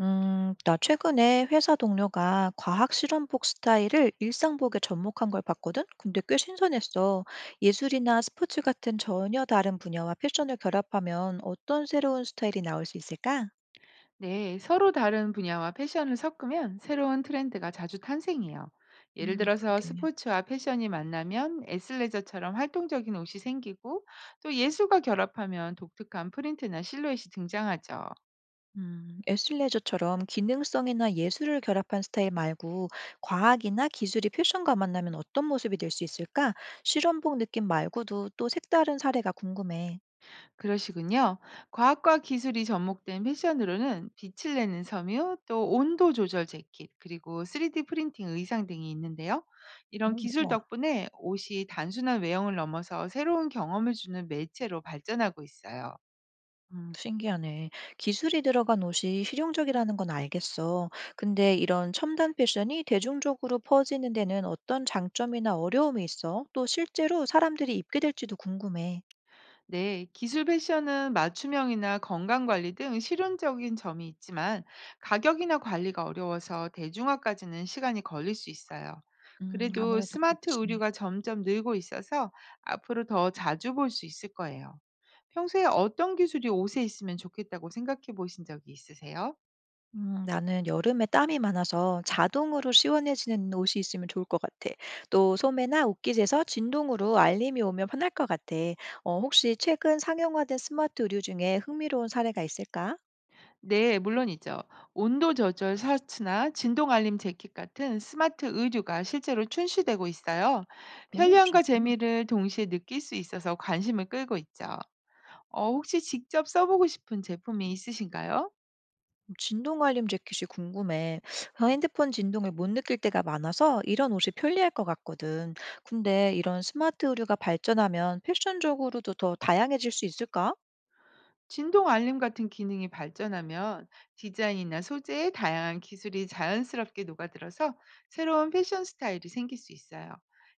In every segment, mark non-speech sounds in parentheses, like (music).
나 최근에 회사 동료가 과학 실험복 스타일을 일상복에 접목한 걸 봤거든? 근데 꽤 신선했어. 예술이나 스포츠 같은 전혀 다른 분야와 패션을 결합하면 어떤 새로운 스타일이 나올 수 있을까? 네, 서로 다른 분야와 패션을 섞으면 새로운 트렌드가 자주 탄생해요. 예를 들어서 그러게. 스포츠와 패션이 만나면 애슬레저처럼 활동적인 옷이 생기고, 또 예술과 결합하면 독특한 프린트나 실루엣이 등장하죠. 애슬레저처럼 기능성이나 예술을 결합한 스타일 말고 과학이나 기술이 패션과 만나면 어떤 모습이 될 수 있을까? 실험복 느낌 말고도 또 색다른 사례가 궁금해. 그러시군요. 과학과 기술이 접목된 패션으로는 빛을 내는 섬유, 또 온도 조절 재킷, 그리고 3D 프린팅 의상 등이 있는데요. 어, 이런 기술 뭐 덕분에 옷이 단순한 외형을 넘어서 새로운 경험을 주는 매체로 발전하고 있어요. 신기하네. 기술이 들어간 옷이 실용적이라는 건 알겠어. 근데 이런 첨단 패션이 대중적으로 퍼지는 데는 어떤 장점이나 어려움이 있어? 또 실제로 사람들이 입게 될지도 궁금해. 네, 기술 패션은 맞춤형이나 건강관리 등 실용적인 점이 있지만, 가격이나 관리가 어려워서 대중화까지는 시간이 걸릴 수 있어요. 그래도 아무래도 스마트 그렇지. 의류가 점점 늘고 있어서 앞으로 더 자주 볼 수 있을 거예요. 평소에 어떤 기술이 옷에 있으면 좋겠다고 생각해 보신 적이 있으세요? 나는 여름에 땀이 많아서 자동으로 시원해지는 옷이 있으면 좋을 것 같아. 또 소매나 옷깃에서 진동으로 알림이 오면 편할 것 같아. 어, 혹시 최근 상용화된 스마트 의류 중에 흥미로운 사례가 있을까? 네, 물론이죠. 온도 조절 셔츠나 진동 알림 재킷 같은 스마트 의류가 실제로 출시되고 있어요. 오, 편리함과 진짜? 재미를 동시에 느낄 수 있어서 관심을 끌고 있죠. 어, 혹시 직접 써보고 싶은 제품이 있으신가요? 진동알림 재킷이 궁금해. 어, 핸드폰 진동을 못 느낄 때가 많아서 이런 옷이 편리할 것 같거든. 근데 이런 스마트 의류가 발전하면 패션적으로도 더 다양해질 수 있을까? 진동 알림 같은 기능이 발전하면 디자인이나 소재의 다양한 기술이 자연스럽게 녹아들어서 새로운 패션 스타일이 생길 수 있어요.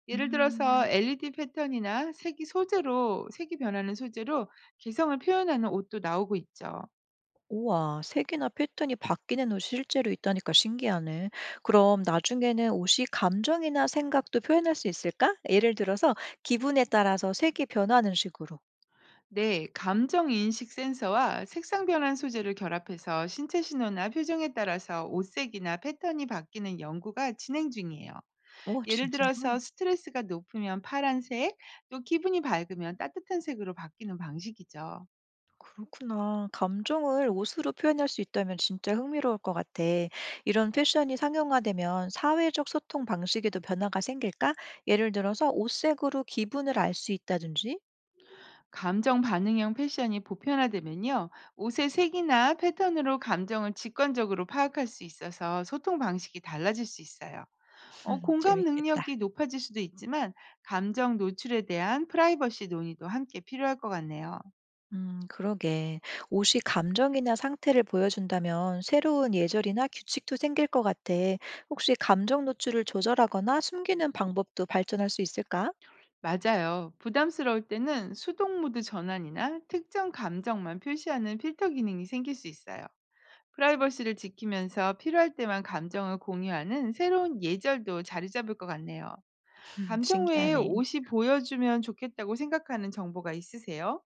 예를 음, 들어서 LED 패턴이나 색이 소재로 색이 변하는 소재로 개성을 표현하는 옷도 나오고 있죠. 우와, 색이나 패턴이 바뀌는 옷이 실제로 있다니까 신기하네. 그럼 나중에는 옷이 감정이나 생각도 표현할 수 있을까? 예를 들어서 기분에 따라서 색이 변하는 식으로. 네, 감정 인식 센서와 색상 변환 소재를 결합해서 신체 신호나 표정에 따라서 옷색이나 패턴이 바뀌는 연구가 진행 중이에요. 오, 예를 들어서 진짜로? 스트레스가 높으면 파란색, 또 기분이 밝으면 따뜻한 색으로 바뀌는 방식이죠. 그렇구나. 감정을 옷으로 표현할 수 있다면 진짜 흥미로울 것 같아. 이런 패션이 상용화되면 사회적 소통 방식에도 변화가 생길까? 예를 들어서 옷색으로 기분을 알 수 있다든지? 감정 반응형 패션이 보편화되면요. 옷의 색이나 패턴으로 감정을 직관적으로 파악할 수 있어서 소통 방식이 달라질 수 있어요. 어, (laughs) 공감 재밌겠다. 능력이 높아질 수도 있지만 감정 노출에 대한 프라이버시 논의도 함께 필요할 것 같네요. 그러게. 옷이 감정이나 상태를 보여준다면 새로운 예절이나 규칙도 생길 것 같아. 혹시 감정 노출을 조절하거나 숨기는 방법도 발전할 수 있을까? 맞아요. 부담스러울 때는 수동 모드 전환이나 특정 감정만 표시하는 필터 기능이 생길 수 있어요. 프라이버시를 지키면서 필요할 때만 감정을 공유하는 새로운 예절도 자리 잡을 것 같네요. (laughs) 감정 외에 신기하네. 옷이 보여주면 좋겠다고 생각하는 정보가 있으세요?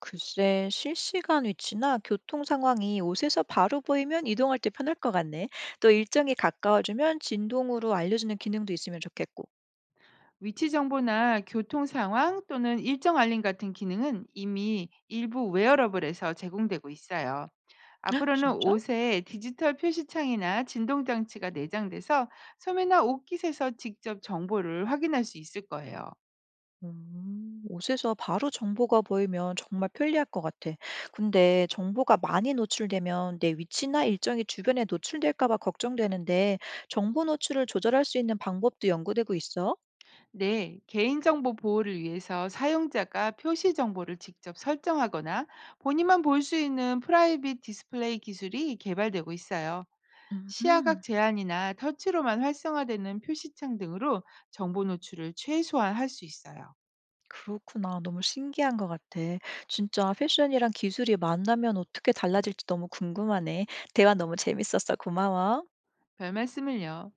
글쎄, 실시간 위치나 교통 상황이 옷에서 바로 보이면 이동할 때 편할 것 같네. 또 일정이 가까워지면 진동으로 알려주는 기능도 있으면 좋겠고. 위치 정보나 교통 상황 또는 일정 알림 같은 기능은 이미 일부 웨어러블에서 제공되고 있어요. 헉, 앞으로는 진짜? 옷에 디지털 표시창이나 진동 장치가 내장돼서 소매나 옷깃에서 직접 정보를 확인할 수 있을 거예요. 옷에서 바로 정보가 보이면 정말 편리할 것 같아. 근데 정보가 많이 노출되면 내 위치나 일정이 주변에 노출될까 봐 걱정되는데 정보 노출을 조절할 수 있는 방법도 연구되고 있어? 네, 개인정보 보호를 위해서 사용자가 표시 정보를 직접 설정하거나 본인만 볼 수 있는 프라이빗 디스플레이 기술이 개발되고 있어요. 시야각 음. 제한이나 터치로만 활성화되는 표시창 등으로 정보 노출을 최소화할 수 있어요. 그렇구나. 너무 신기한 것 같아. 진짜 패션이랑 기술이 만나면 어떻게 달라질지 너무 궁금하네. 대화 너무 재밌었어. 고마워. 별 말씀을요.